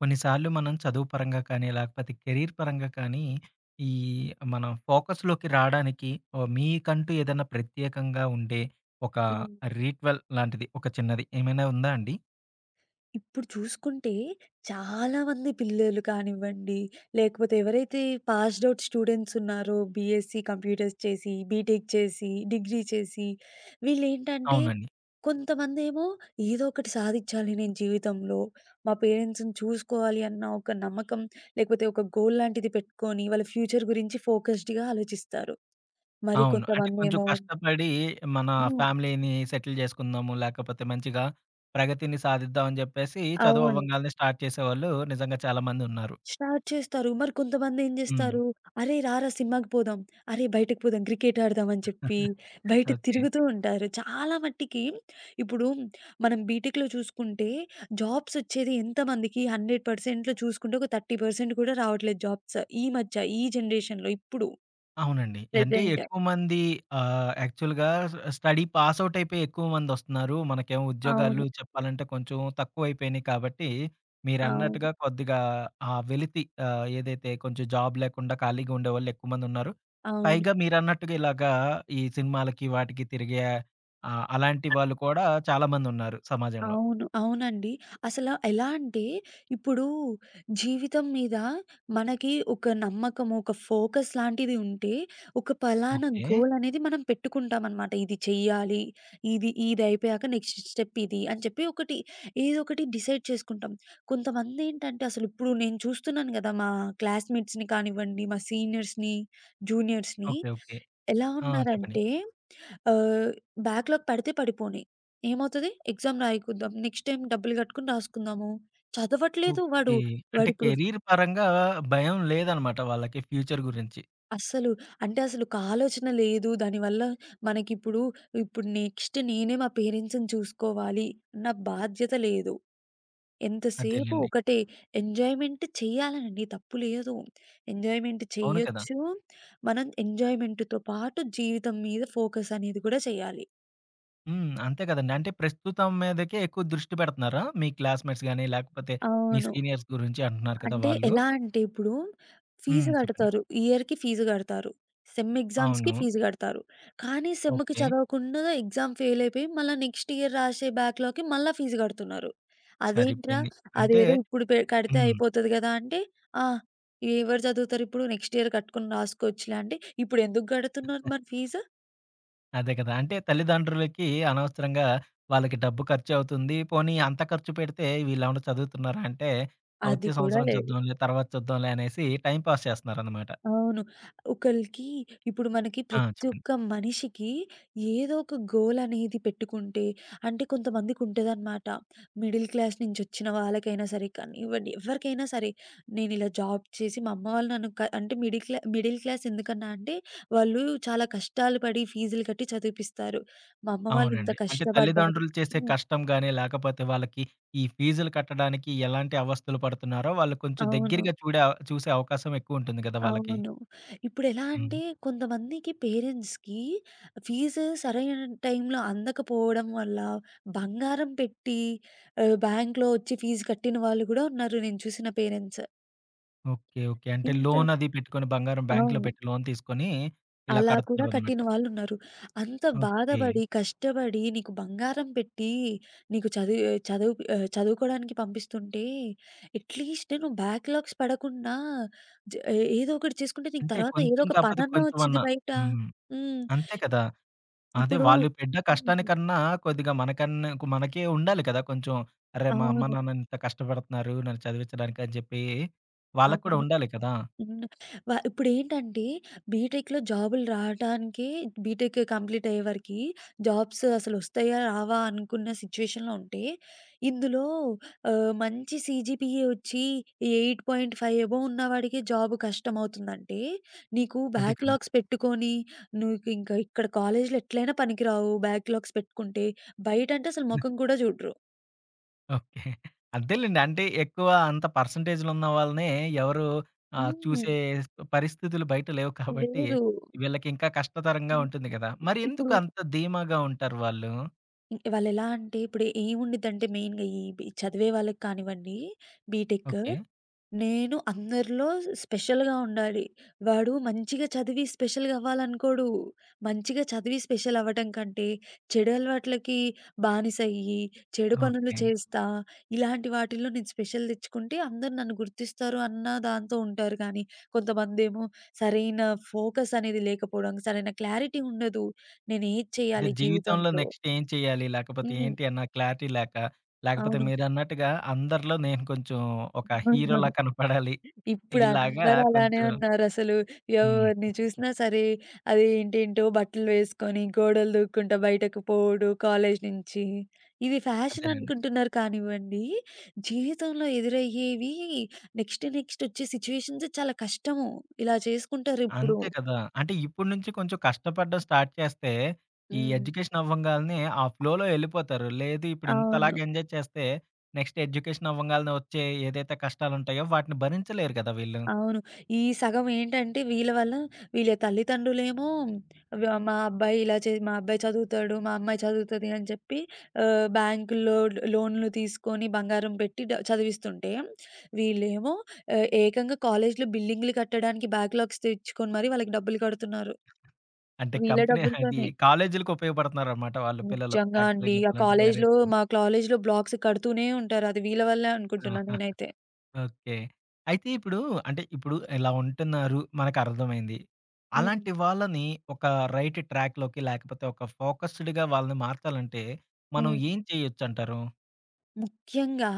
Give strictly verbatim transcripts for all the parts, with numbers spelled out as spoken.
కొన్నిసార్లు మనం చదువు పరంగా కానీ, లేకపోతే కెరీర్ పరంగా కానీ, ఈ మనం ఫోకస్‌లోకి రాడానికి ఓహ్, మీకంటూ ఏదైనా ప్రత్యేకంగా ఉండే ఒక హ్మ్. రిట్వల్ లాంటిది ఒక చిన్నది ఏమైనా ఉందా అండి? ఇప్పుడు చూసుకుంటే చాలామంది పిల్లలు కానివ్వండి, లేకపోతే ఎవరైతే పాస్డ్ ఔట్ స్టూడెంట్స్ ఉన్నారో బీఎస్సీ కంప్యూటర్స్ చేసి, బీటెక్ చేసి, డిగ్రీ చేసి వీళ్ళేంటంటే అవునండి. కొంతమందేమో ఏదో ఒకటి సాధిచ్చాలి నేను జీవితంలో. మా పేరెంట్స్‌ని చూసుకోవాలి అన్న ఒక నమ్మకం లేకపోతే ఒక గోల్ లాంటిది పెట్టుకొని వాళ్ళ ఫ్యూచర్ గురించి ఫోకస్డ్‌గా ఆలోచిస్తారు. మరి అవును. అంటే కొంచెం కొంతమందేమో కష్టపడి మన హ్మ్. ఫ్యామిలీని సెటిల్ చేసుకుందాము, లేకపోతే మంచిగా ప్రగతిని సాధిద్దాం అని చెప్పేసి చదువు అవును. అవ్వంగాల్నే స్టార్ట్ చేసేవాళ్ళు నిజంగా చాలామందున్నారు. స్టార్ట్ చేస్తారు. మరి కొంతమందేం హ్మ్. జేస్తారు, "అరేయ్! రారా సినిమాకి పోదాం. అరేయ్! బయటకి పోదాం. క్రికెట్ ఆడదాం" అని చెప్పి బయట ఓకే. తిరుగుతూ ఉంటారు. చాలా మట్టికి ఇప్పుడు మనం బీటెక్‌లో చూసుకుంటే జాబ్సొచ్చేది ఎంతమందికి వంద శాతం లో చూసుకుంటే ఒక ముప్పై శాతం కూడా రావట్లేదు జాబ్స్. ఈ మధ్య, ఈ జనరేషన్‌లో ఇప్పుడు అవునండి. అంటే ప్రెజెంట్. ఎక్కువ మంది ఆహ్, యాక్చువల్‌గా స్ స్టడీ పాస్ ఔట్ అయిపోయి ఎక్కువ మందొస్తున్నారు. మనకేమో అవును. ఉద్యోగాలు చెప్పాలంటే కొంచెం తక్కువైపోయినాయి కాబట్టి, అవును. మీరన్నట్టుగా కొద్దిగా ఆ వెలితి ఆహ్, ఏదైతే కొంచెం జాబ్ లేకుండా ఖాళీగా ఉండేవాళ్ళు ఎక్కువ మందున్నారు. అవును. పైగా మీరన్నట్టుగా ఇలాగా ఈ సినిమాలకి వాటికి తిరిగే ఆహ్, అలాంటి వాళ్ళు కూడా చాలా మందున్నారు సమాజంలో. అవును. అవునండి. అసల ఎలా అంటే, ఇప్పుడు జీవితం మీద మనకి ఒక నమ్మకము, ఒక ఫోకస్ లాంటిది ఉంటే, ఒక పలానా ఓకే. గోల్ అనేది మనం పెట్టుకుంటామనమాట. ఇది చెయ్యాలి, ఇది ఇదయిపోయాక నెక్స్ట్ స్టెప్ ఇది అని చెప్పి ఒకటి ఏదో ఒకటి డిసైడ్ చేసుకుంటాం. కొంతమందేంటంటే, అసలిప్పుడు నేను చూస్తున్నాను గదా! మా క్లాస్‌మేట్స్‌ని కానివ్వండి, మా సీనియర్స్‌ని, జూనియర్స్‌ని ఓకే. ఓకే. ఎలా ఆ! చెప్పండి. ఉన్నారంటే ఆహ్, బ్యాక్‌లాగ్ పడితే పడిపోనీ. ఏమవుతది ఎగ్జామ్ రాయకుద్దాం. నెక్స్ట్ టైమ్ డబ్బులు కట్టుకొని రాసుకుందాము. చదవట్లేదు వాడు. ఓకే. అంటే వాడిప్పుడు కెరీర్ పరంగా భయం లేదనమాట వాళ్ళకి ఫ్యూచర్ గురించి. అస్సలు అంటే అసలు ఒక ఆలోచన లేదు. దానివల్ల మనకిప్పుడు, ఇప్పుడు నెక్స్ట్ నేనే మా పేరెంట్స్‌ని చూసుకోవాలి అన్న బాధ్యత లేదు. ఎంతసేపు అదేలెండి. ఒకటే ఎంజాయ్‌మెంట్ చేయాలనండి తప్పు లేదు. ఎంజాయ్‌మెంట్ అవును కదా! చేయొచ్చు. మనం ఎంజాయ్‌మెంట్‌తో పాటు జీవితం మీద ఫోకస్ అనేది కూడా చేయాలి. హ్మ్. అంతే కదండీ. అంటే ప్రస్తుతం మీదకే ఎక్కువ దృష్టి పెడుతున్నారా? మీ క్లాస్‌మేట్స్ గాని, లేకపోతే మీ అవును. సీనియర్స్ గురించి అంటున్నారు కదా! అంటే వాళ్ళు. ఎలా అంటే ఇప్పుడు ఫీజు హ్మ్. చెప్పండి. కడతారు. ఇయర్‌కి ఫీజు కడతారు. సెమ్ ఎగ్జామ్స్‌కి అవును. ఫీజు కడతారు. కానీ సెమ్‌కి ఓకే. చదవకుండా ఎగ్జామ్ ఫెయిల్ అయిపోయి మళ్ళా నెక్స్ట్ ఇయర్ రాసే బ్యాక్‌లాగ్‌కి మళ్ళా ఫీజు కడుతున్నారు. అదేంట్రా సరిపోయింది. అంటే అదేదో ఇప్పుడు పె కడితే హ్మ్. అయిపోతది కదా! అంటే ఆ! ఎవరు చదువుతారు ఇప్పుడు నెక్స్ట్ ఇయర్ కట్టుకొని రాసుకోవచ్చులే అంటే ఇప్పుడు ఎందుకు కడుతున్నారు మరి ఫీజు? అదే కదా! అంటే తల్లిదండ్రులకి అనవసరంగా వాళ్ళకి డబ్బు ఖర్చవుతుంది. పోనీ అంత ఖర్చు పెడితే వీళ్ళేమన్నా చదువుతున్నారా అంటే, "ఆ, అది వచ్చే కూడా సంవత్సరం లేదు. చూద్దాంలే, తర్వాత చూద్దాంలే అనేసి టైం పాస్ చేస్తున్నారనమాట. అవును. ఒకళ్ళకి ఇప్పుడు మనకి ఆ! ప్రతి చెప్పండి. ఒక్క మనిషికి ఏదో ఒక గోల్ అనేది పెట్టుకుంటే అంటే కొంతమందికుంటదనమాట. మిడిల్ క్లాస్ నుంచొచ్చిన వాళ్ళకైనా సరే కానివ్వండి, ఎవరికైనా సరే నేనిలా జాబ్ చేసి మా అమ్మ వాళ్ళు నన్ను క అంటే మిడిల్ క్లా మిడిల్ క్లాస్ ఎందుకన్నా అంటే వాళ్ళు చాలా కష్టాలు పడి ఫీజులు కట్టి చదివిపిస్తారు. మా అమ్మ వాళ్ళు ఇంత అవునండి. అంటే కష్టపడ్డారు. తల్లిదండ్రులు చేసే హ్మ్. కష్టం గాని, లేకపోతే వాళ్ళకి ఈ ఫీజులు కట్టడానికి ఎలాంటి అవస్థలు పడుతున్నారో వాళ్ళు కొంచెం అవును. దగ్గరగా చూడే చూసే అవకాశం ఎక్కువుంటుంది గదా! వాళ్ళకి. అవును. ఇప్పుడెలా హ్మ్. అంటే కొంతమందికి పేరెంట్స్‌కి ఫీజు సరైన టైంలో అందకపోవడం వల్ల బంగారం పెట్టి ఆహ్, బ్యాంక్‌లో వచ్చి ఫీజు కట్టిన వాళ్ళు గూడా ఉన్నారు నేను చూసిన పేరెంట్స్. ఓకే. ఓకే. అంటే ఇంత లోన్ అది పెట్టుకొని బంగారం బ్యాంక్‌లో అవును. పెట్టి లోన్ తీసుకొని ఇలా అలా కూడా కట్టిన కడుతున్నారనమాట. వాళ్ళున్నారు. అంత ఓకే. బాధపడి, కష్టపడి, నీకు బంగారం పెట్టి, నీకు చదివి చదువు ఆహ్, చదువుకోడానికి పంపిస్తుంటే, అట్‌లీస్ట్ నువ్వు బ్యాక్‌లాగ్స్ పడకుండా జ ఏ- ఏదో ఒకటి చేసుకుంటే నీకు అంటే తర్వాత ఏదో కొంచెం ఒక కాకపోతే పనన్నా కొంచెం వచ్చేది అన్నా బయట. హ్మ్. హ్మ్. అంతే కదా! అదే ఇప్పుడు వాళ్ళు పడ్డ హ్మ్. కష్టానికన్నా కొద్దిగా మనకన్నా మనకే ఉండాలి కదా! కొంచెం అరే! మా అమ్మ అవును. నాన్న ఇంత కష్టపడుతున్నారు నన్ను చదివించడానికి అని చెప్పి వాళ్ళకి కూడా అవును. ఉండాలి కదా! హ్మ్. వ ఇప్పుడేంటంటే బీటెక్‌లో జాబులు రావటానికి బీటెక్ కంప్లీట్ అయ్యే వరకి జాబ్స్ అసలొస్తాయా? రావా? అనుకున్న సిచ్యుయేషన్‌లో ఉంటే, ఇందులో ఆహ్, మంచి సీజీపీఏ వచ్చి ఎనిమిది పాయింట్ ఐదు ఎబోవ్ ఉన్నవాడికే జాబ్ కష్టమవుతుందంటే, నీకు అదే కదా! బ్యాక్‌లాగ్స్ పెట్టుకొని నువ్వింక ఇక్కడ కాలేజీలో ఎట్లైనా పనికిరావు బ్యాక్‌లాగ్స్ పెట్టుకుంటే. బయటంటే అసలు మొఖం కూడా చూడరు. ఓకే. అదేలెండి. అంటే ఎక్కువ అంత పర్సెంటేజ్‌లు ఉన్న వాళ్ళనే ఎవరు ఆహ్, హ్మ్. చూసే పరిస్థితులు బయట లేవు కాబట్టి లేదు. వీళ్ళకి ఇంకా కష్టతరంగా హ్మ్. ఉంటుంది కదా! మరి ఇప్పుడు ఎందుకు అంత ధీమాగా ఉంటారు వాళ్ళు? ఇ వాళ్ళెలా అంటే ఇప్పుడు ఏముండిద్దంటే మెయిన్‌గా ఈ బి చదివే వాళ్ళకి కానివ్వండి బీటెక్. ఓకే. నేను అందరిలో స్పెషల్‌గా ఉండాలి. వాడు మంచిగా చదివి స్పెషల్‌గా అవ్వాలనుకోడు. మంచిగా చదివి స్పెషల్ అవ్వటం కంటే, చెడు అలవాట్లకి బానిసయ్యి, చెడు పనులు ఓకే. చేస్తా, ఇలాంటి వాటిల్లో నేను స్పెషల్ తెచ్చుకుంటే అందరూ నన్ను గుర్తిస్తారు అన్న దాంతో ఉంటారు కానీ, కొంతమందేమో సరైన ఫోకస్ అనేది లేకపోవడం, సరైన క్లారిటీ ఉండదు. నేను ఏది అంటే చేయాలి జీవితంలో జీవితంలో? నెక్స్ట్ ఏం చేయాలి? లేకపోతే హ్మ్. ఏంటి అన్న క్లారిటీ లేక, లేకపోతే అవును. మీరన్నట్టుగా అందరిలో నేను కొంచెం ఒక హీరోలా కనపడాలి. ఇలాగా ఇప్పుడందరూ అలానే కొంచెం ఉన్నారసలు. హ్మ్. ఎవరిని చూసినా సరే అదేంటేంటో బట్టలు వేసుకొని, గోడలు దూక్కుంటా బయటకు పోవుడు కాలేజు నుంచి. ఇది ఫ్యాషన్ అదేనండి. అనుకుంటున్నారు కానివ్వండి, జీవితంలో ఎదురయ్యేవి నెక్స్ట్ నెక్స్ట్ వచ్చే సిట్యుయేషన్స్ చాలా కష్టము. ఇలా చేసుకుంటారిప్పుడు. అంతే కదా! అంటే ఇప్పటి నుంచి కొంచెం కష్టపడడం స్టార్ట్ చేస్తే, ఈ హ్మ్. ఎడ్యుకేషన్ అవ్వంగాల్నే ఆ ఫ్లోలో ఎళ్ళిపోతారు. లేదు ఇప్పుడు అవును. ఇంతలాగా ఎంజాయ్ చేస్తే, నెక్స్ట్ ఎడ్యుకేషన్ అవ్వంగాల్నే వచ్చే ఏదైతే కష్టాలుంటాయో వాటిని భరించలేరు కదా వీళ్ళు. అవును. ఈ సగం ఏంటంటే వీళ్ళ వల్ల వీళ్ళ తల్లిదండ్రులేమో వ మా అబ్బాయి ఇలా చే మా అబ్బాయి చదువుతాడు, మా అమ్మాయి చదువుతది అని చెప్పి ఆహ్, బ్యాంకుల్లో లోన్‌లు తీసుకొని బంగారం పెట్టి డ చదివిస్తుంటే, వీళ్ళేమో ఆహ్, ఏకంగా కాలేజ్‌లో బిల్డింగ్‌లు కట్టడానికి బ్యాక్‌లాగ్స్ తెచ్చుకొని మరి వాళ్ళకి డబ్బులు కడుతున్నారు. అంటే వీళ్ళ కంపెనీ అది డబ్బులతోనే. కాలేజీలకి ఉపయోగపడుతున్నారనమాట వాళ్ళు పిల్లలు నిజంగా యాక్చువల్‌గా అండి. ఆ చెప్పాలంటే కాలేజ్‌లో పేరెంట్స్ కన్నా. మా కాలేజ్‌లో బ్లాక్స్ కడుతూనే ఉంటారు. అది వీళ్ళ వల్లే ఆ! అనుకుంటున్నా నేనైతే. ఓకే. అయితే ఇప్పుడు అంటే ఇప్పుడు ఇలా ఉంటున్నారు మనకర్థమైంది. హ్మ్. అలాంటి వాళ్ళని ఒక రైట్ ట్రాక్‌లోకి లేకపోతే ఒక ఫోకస్డ్‌గా వాళ్ళని మార్చాలంటే మనం హ్మ్. ఏం చేయొచ్చంటారు? ముఖ్యంగా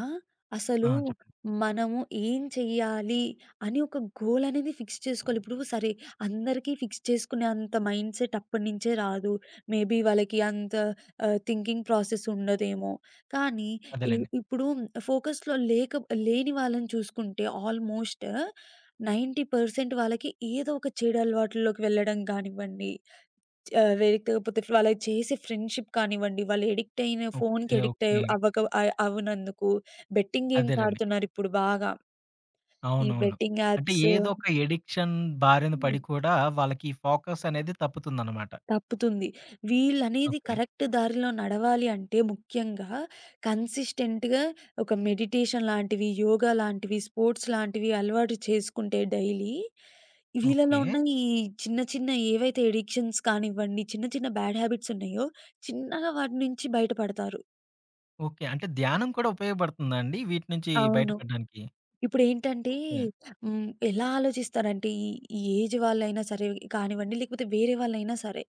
ఆ! అసలు చెప్పండి. మనము ఏం చెయ్యాలి అని ఒక గోల్ అనేది ఫిక్స్ చేసుకోవాలి. ఇప్పుడు సరే అందరికీ ఫిక్స్ చేసుకునే అంత మైండ్ సెట్ అప్పటినుంచే రాదు. మేబీ వాళ్ళకి అంత ఆహ్, థింకింగ్ ప్రాసెస్ ఉండదేమో. కానీ ఇ అదేలెండి. ఇప్పుడు ఫోకస్‌లో లేక లేని వాళ్ళని చూసుకుంటే ఆల్మోస్ట్ తొంబై శాతం వాళ్ళకి ఏదో ఒక చెడు అలవాటుల్లోకి వెళ్ళడం గానివ్వండి, ఆహ్, లేకపోతే వాళ్ళు చేసే ఫ్రెండ్‌షిప్ కానివ్వండి, వాళ్ళు అడిక్ట్ అయిన ఫోన్‌కి ఓకే. అడిక్ట్ అయి ఓకే. అవ్వక అ అవ్వనందుకు బెట్టింగ్ గేమ్స్ అదేనండి. ఆడుతున్నారిప్పుడు బాగా. ఈ అవునవును. బెట్టింగ్ అంటే యాప్స్ ఏదో ఒక ఎడిక్షన్ బారిన హ్మ్. పడి కూడా వాళ్ళకి ఫోకస్ అనేది తప్పుతుందనమాట. తప్పుతుంది. వీళ్ళనేది ఓకే. కరెక్ట్ దారిలో నడవాలి అంటే ముఖ్యంగా కన్సిస్టెంట్‌గా ఒక మెడిటేషన్ లాంటివి, యోగా లాంటివి, స్పోర్ట్స్ లాంటివి అలవాటు చేసుకుంటే డైలీ వీళ్ళలో ఓకే. ఉన్న ఈ చిన్న చిన్న ఏవైతే అడిక్షన్స్ కానివ్వండి, చిన్న చిన్న బ్యాడ్ హ్యాబిట్స్ ఉన్నాయో చిన్నగా వాటి నుంచి బయటపడతారు. ఓకే. అంటే ధ్యానం కూడా ఉపయోగపడుతుందా అండి వీటి నుంచి అవును. బయటపడడానికి? ఇప్పుడేంటంటే ఓకే. హ్మ్. ఎలా ఆలోచిస్తారంటే ఈ ఈ ఏజ్ వాళ్ళైనా సరే కానివ్వండి, లేకపోతే వేరే వాళ్ళైనా సరే.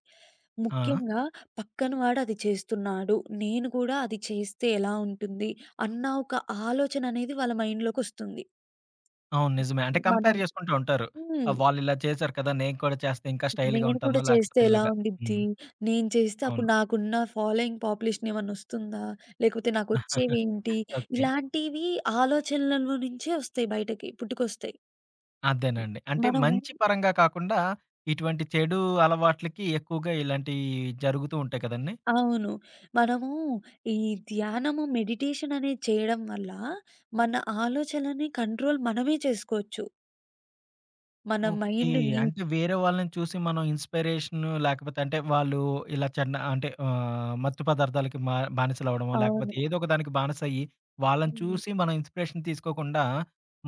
ఆ! ముఖ్యంగా పక్కన వాడు అది చేస్తున్నాడు. నేను కూడా అది చేస్తే ఎలా ఉంటుంది? అన్న ఒక ఆలోచన అనేది వాళ్ళ మైండ్‌లోకొస్తుంది. అవును. నిజమే. అంటే మనం కంపేర్ జేసుకుంటూ ఉంటారు. హ్మ్. ఆహ్, వాళ్ళిలా చేశారు కదా! నేను కూడా చేస్తే ఇంకా స్టైల్‌గా నేను కూడా ఉంటాను. చేస్తే లేకపోతే ఎలా ఇలాగా ఉండిద్ది? హ్మ్. నేను చేస్తే అప్పుడు అవును. నాకున్న ఫాలోయింగ్ పాపులేషన్ ఏమన్నా వస్తుందా? లేకపోతే నాకొచ్చేవేంటి? ఓకే. ఇలాంటివి ఆలోచనలలో నుంచే వస్తాయి బయటకి పుట్టుకొస్తాయి. అదేనండి. అంటే మనము మంచి పరంగా కాకుండా ఇటువంటి చెడు అలవాట్లకి ఎక్కువగా ఇలాంటియి జరుగుతూ ఉంటాయి కదండీ! అవును. మనము ఈ ధ్యానము, మెడిటేషన్ అనేది చేయడం వల్ల మన ఆలోచనని కంట్రోల్ మనమే చేసుకోవచ్చు. మన ఓకే. మైండ్‌ని అంటే వేరే వాళ్ళని చూసి మనం ఇన్‌స్పిరేషన్ లేకపోతే అంటే వాళ్ళు ఇలా చెడ్డ అంటే ఆహ్, మత్తు పదార్థాలకి మా బానిసలవ్వడమో అవును. లేకపోతే ఏదో ఒక దానికి బానిసయ్యి వాళ్ళని హ్మ్. చూసి మనం ఇన్‌స్పిరేషన్ తీసుకోకుండా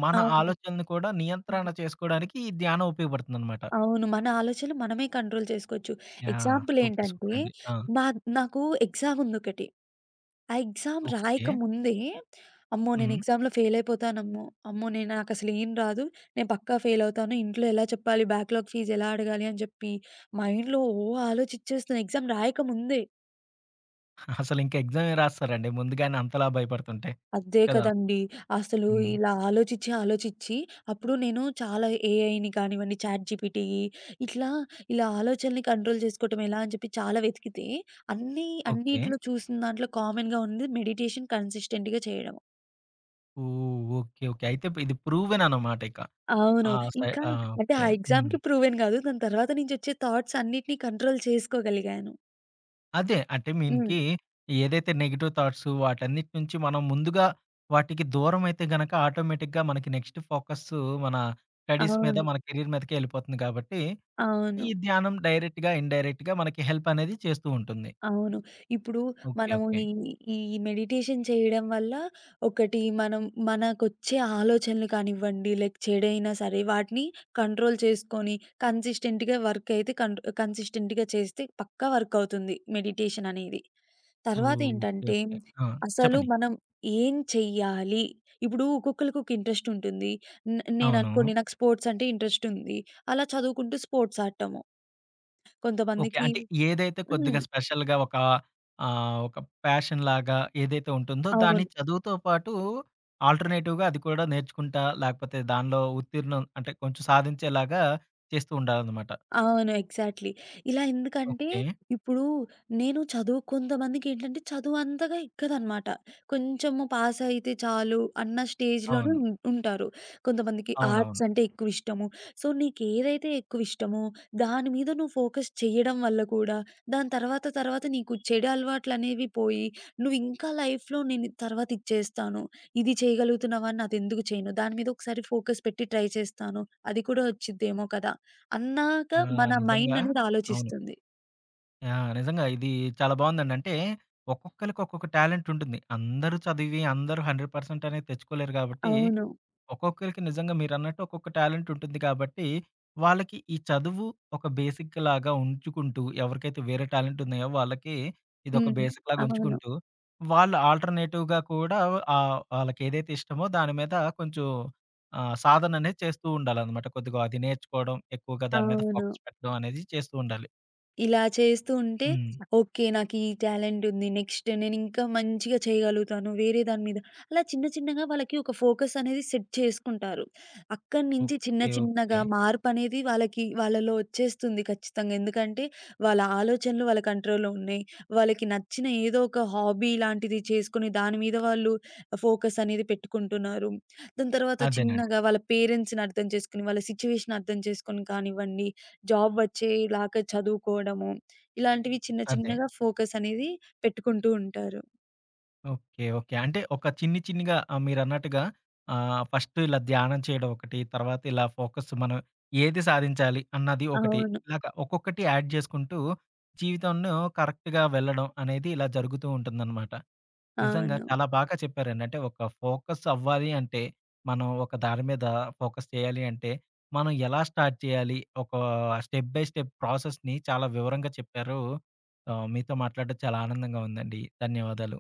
మన అవును. ఆలోచనను కూడా హ్మ్. నియంత్రణ చేసుకోవడానికి ఈ ధ్యానం ఉపయోగపడుతుందనమాట. అవును. మన ఆలోచనలు మనమే కంట్రోల్ చేసుకోవచ్చు. యాహ్! ఎగ్జాంపుల్ సూపర్ ఏంటంటే, సూపర్ అండి. ఆ! మా నాకు ఎగ్జామ్ ఉందొకటి. ఆ ఎగ్జామ్ ఓకే. రాయకముందే, అమ్మో! నేను హ్మ్. ఎగ్జామ్‌లో ఫెయిల్ అయిపోతానేమో, అమ్మో! నేను నాకసలు ఏం రాదు, నేను పక్కా ఫెయిల్ అవుతాను. ఇంట్లో ఎలా చెప్పాలి, బ్యాక్‌లాగ్ ఫీజ్ ఎలా అడగాలి అని చెప్పి మైండ్‌లో ఓ ఆలోచిచ్చేస్తున్నా ఎగ్జామ్ రాయకముందే. అసలింక ఎగ్జామే రాసేసారండి ముందుగానే అంతలా భయపడుతుంటే. అదే కదా! కదండీ! అసలు హ్మ్. ఇలా ఆలోచిచ్చి, ఆలోచిచ్చి అప్పుడు నేను చాలా ఏఐని కానివ్వండి, చాట్‌జీపీటీ ఇట్లా, ఇలా ఆలోచనని కంట్రోల్ చేసుకోవటం ఎలా అని చెప్పి చాలా వెతికితే అన్నీ ఓకే. అన్నిట్లో చూసిన దాంట్లో కామన్‌గా ఉంది మెడిటేషన్ కన్సిస్టెంట్‌గా చేయడం. ఓహ్! ఓకే. ఓకే. అయితే ఇది ప్రూవెన్ అనమాట ఇక. అవును. ఆ! సై ఇంకా ఆ! అంటే ఆ ఓకే. హ్మ్. ఎగ్జామ్‌కి ప్రూవెన్ గాదు. దాని తర్వాత నుంచొచ్చే థాట్స్ అన్నిటిని కంట్రోల్ చేసుకోగలిగాను. అదే. అంటే హ్మ్. మీనికి ఏదైతే నెగెటివ్ థాట్స్ వాటన్నిటి నుంచి మనం ముందుగా వాటికి దూరమైతే గనక ఆటోమేటిక్‌గా మనకి నెక్స్ట్ ఫోకస్సు మన స్టడీస్ మీద, అవును. మన కెరీర్ మీదకే ఎళ్ళిపోతుంది కాబట్టి, అవును. ఈ ధ్యానం డైరెక్ట్‌గా, ఇన్‌డైరెక్ట్‌గా మనకి హెల్ప్ అనేది చేస్తూ ఉంటుంది. అవును. ఇప్పుడు ఓకే. మనము ఓకే. ఈ ఈ మెడిటేషన్ చేయడం వల్ల ఒకటి మనం మనకొచ్చే ఆలోచనలు కానివ్వండి, లైక్ చెడైనా సరే వాటిని కంట్రోల్ చేసుకొని కన్సిస్టెంట్‌గా వర్క్ అయితే కన్ కన్సిస్టెంట్‌గా చేస్తే పక్కా వర్క్ అవుతుంది మెడిటేషన్ అనేది. ఓకే. తర్వాతేంటంటే ఓకే. ఆ! అసలు చెప్పండి. మనం ఏం చెయ్యాలి? ఇప్పుడు ఒక్కొక్కళ్ళకి ఒక ఇంట్రెస్ట్ ఉంటుంది. న్ అవును. నేననుకోండి నాకు స్పోర్ట్స్ అంటే ఇంట్రెస్ట్ ఉంది. అలా చదువుకుంటూ స్పోర్ట్స్ ఆడటము. ఓకే. కొంతమందికి అంటే ఏదైతే కొద్దిగా హ్మ్. స్పెషల్‌గా ఒక ఆహ్, ఒక ప్యాషన్ లాగా ఏదైతే ఉంటుందో దాన్ని అవును. చదువుతో పాటు ఆల్టర్‌నేటివ్‌గా అది కూడా నేర్చుకుంటా లేకపోతే దానిలో ఉత్తీర్ణం అంటే కొంచెం సాధించేలాగా చేస్తూ ఉండాలన్నమాట. అవును. ఎగ్జాక్ట్‌లీ. ఇలా ఎందుకంటే, ఓకే. ఇప్పుడు నేను చదువు కొంతమందికేంటంటే, చదువు అంతగా ఎక్కదనమాట. కొంచెము పాస్ అయితే చాలు అన్న స్టేజ్‌లోనే అవును. ఉం ఉంటారు. కొంతమందికి ఆర్ట్స్ అవునవును. అంటే ఎక్కువిష్టము. సో, నీకేదైతే ఎక్కువిష్టమో, దాని మీద నువ్వు ఫోకస్ చేయడం వల్ల కూడా, దాని తర్వాత తర్వాత నీకు చెడు అలవాట్లనేవి పోయి, నువ్వింకా లైఫ్‌లో నేను ఇది తర్వాత ఇది చేస్తాను. ఇది చేయగలుగుతున్నావా? నాదెందుకు చేయను? దాని మీద ఒకసారి ఫోకస్ పెట్టి ట్రై చేస్తాను. అది కూడా వచ్చిద్దేమో కదా! అన్నాక ఆ! మన మైండ్ నిజంగా అనేది అవును. ఆలోచిస్తుంది. ఆ! నిజంగా ఇది చాలా బావుందండి. అంటే ఒక్కొక్కళ్ళకి ఒక్కొక్క టాలెంట్ ఉంటుంది. అందరూ చదివి అందరూ నూరు శాతం అనేది తెచ్చుకోలేరు కాబట్టి అవును. ఒక్కొక్కరికి నిజంగా మీరన్నట్టు ఒక్కొక్క టాలెంట్ ఉంటుంది కాబట్టి, వాళ్ళకి ఈ చదువు ఒక బేసిక్ లాగా ఉంచుకుంటూ, ఎవరికైతే వేరే టాలెంట్ ఉన్నాయో వాళ్ళకి ఇదొక హ్మ్. బేసిక్ లాగా అవును. ఉంచుకుంటూ, వాళ్ళు ఆల్టర్‌నేటివ్‌గా కూడా ఆహ్, వాళ్ళకేదైతే ఇష్టమో దాని మీద కొంచెం ఆహ్, సాధన అనేది చేస్తూ ఉండాలనమాట. కొద్దిగా అది నేర్చుకోవడం, ఎక్కువగా దాని మీద అవును. ఫోకస్ పెట్టడం అనేది చేస్తూ ఉండాలి. ఇలా చేస్తూ ఉంటే హ్మ్. ఓకే. నాకు ఈ టాలెంట్ ఉంది. నెక్స్ట్ నేనింకా మంచిగా చేయగలుగుతాను. వేరే దాని మీద అలా చిన్న చిన్నగా వాళ్ళకి ఒక ఫోకస్ అనేది సెట్ చేసుకుంటారు. అక్కడి నుంచి చిన్న ఓకే. చిన్నగా ఓకే. మార్పనేది వాళ్ళకి వాళ్ళలో వచ్చేస్తుంది ఖచ్చితంగా. ఎందుకంటే వాళ్ళ ఆలోచనలు వాళ్ళ కంట్రోల్‌లో ఉన్నాయి. వాళ్ళకి నచ్చిన ఏదో ఒక హాబీ లాంటిది చేసుకొని దాని మీద వాళ్ళు ఫోకస్ అనేది పెట్టుకుంటున్నారు. దాని తర్వాత అదేనండి. చిన్నగా వాళ్ళ పేరెంట్స్‌ని అర్థం చేసుకొని, వాళ్ళ సిట్యుయేషన్ అర్థం చేసుకొని కానివ్వండి జాబ్ వచ్చేలాగా చదువుకోవడము. ఇలాంటివి చిన్న అదే. చిన్నగా ఫోకస్ అనేది పెట్టుకుంటూ ఉంటారు. ఓకే. ఓకే. అంటే ఒక చిన్ని చిన్నిగా ఆహ్, మీరన్నట్టుగా ఆహ్, ఫస్ట్ ఇలా ధ్యానం చేయడం ఒకటి. తర్వాత ఇలా ఫోకస్ మనం ఏది సాధించాలి అన్నది ఒకటి. అవును. ఇలాగ ఒక్కొక్కటి యాడ్ చేసుకుంటూ జీవితంను కరెక్ట్‌గా వెళ్ళడం అనేది ఇలా జరుగుతూ ఉంటుందనమాట. నిజంగా అవును. చాలా బాగా చెప్పారండి. అంటే ఒక ఫోకస్ అవ్వాలి అంటే, మనం ఒక దాని మీద ఫోకస్ చేయాలి అంటే, మనం ఎలా స్టార్ట్ చేయాలి? ఒక స్టెప్ బై స్టెప్ ప్రాసెస్‌ని చాలా వివరంగా చెప్పారు. ఆహ్, మీతో మాట్లాడడం చాలా ఆనందంగా ఉందండి. ధన్యవాదాలు.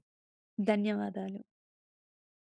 ధన్యవాదాలు.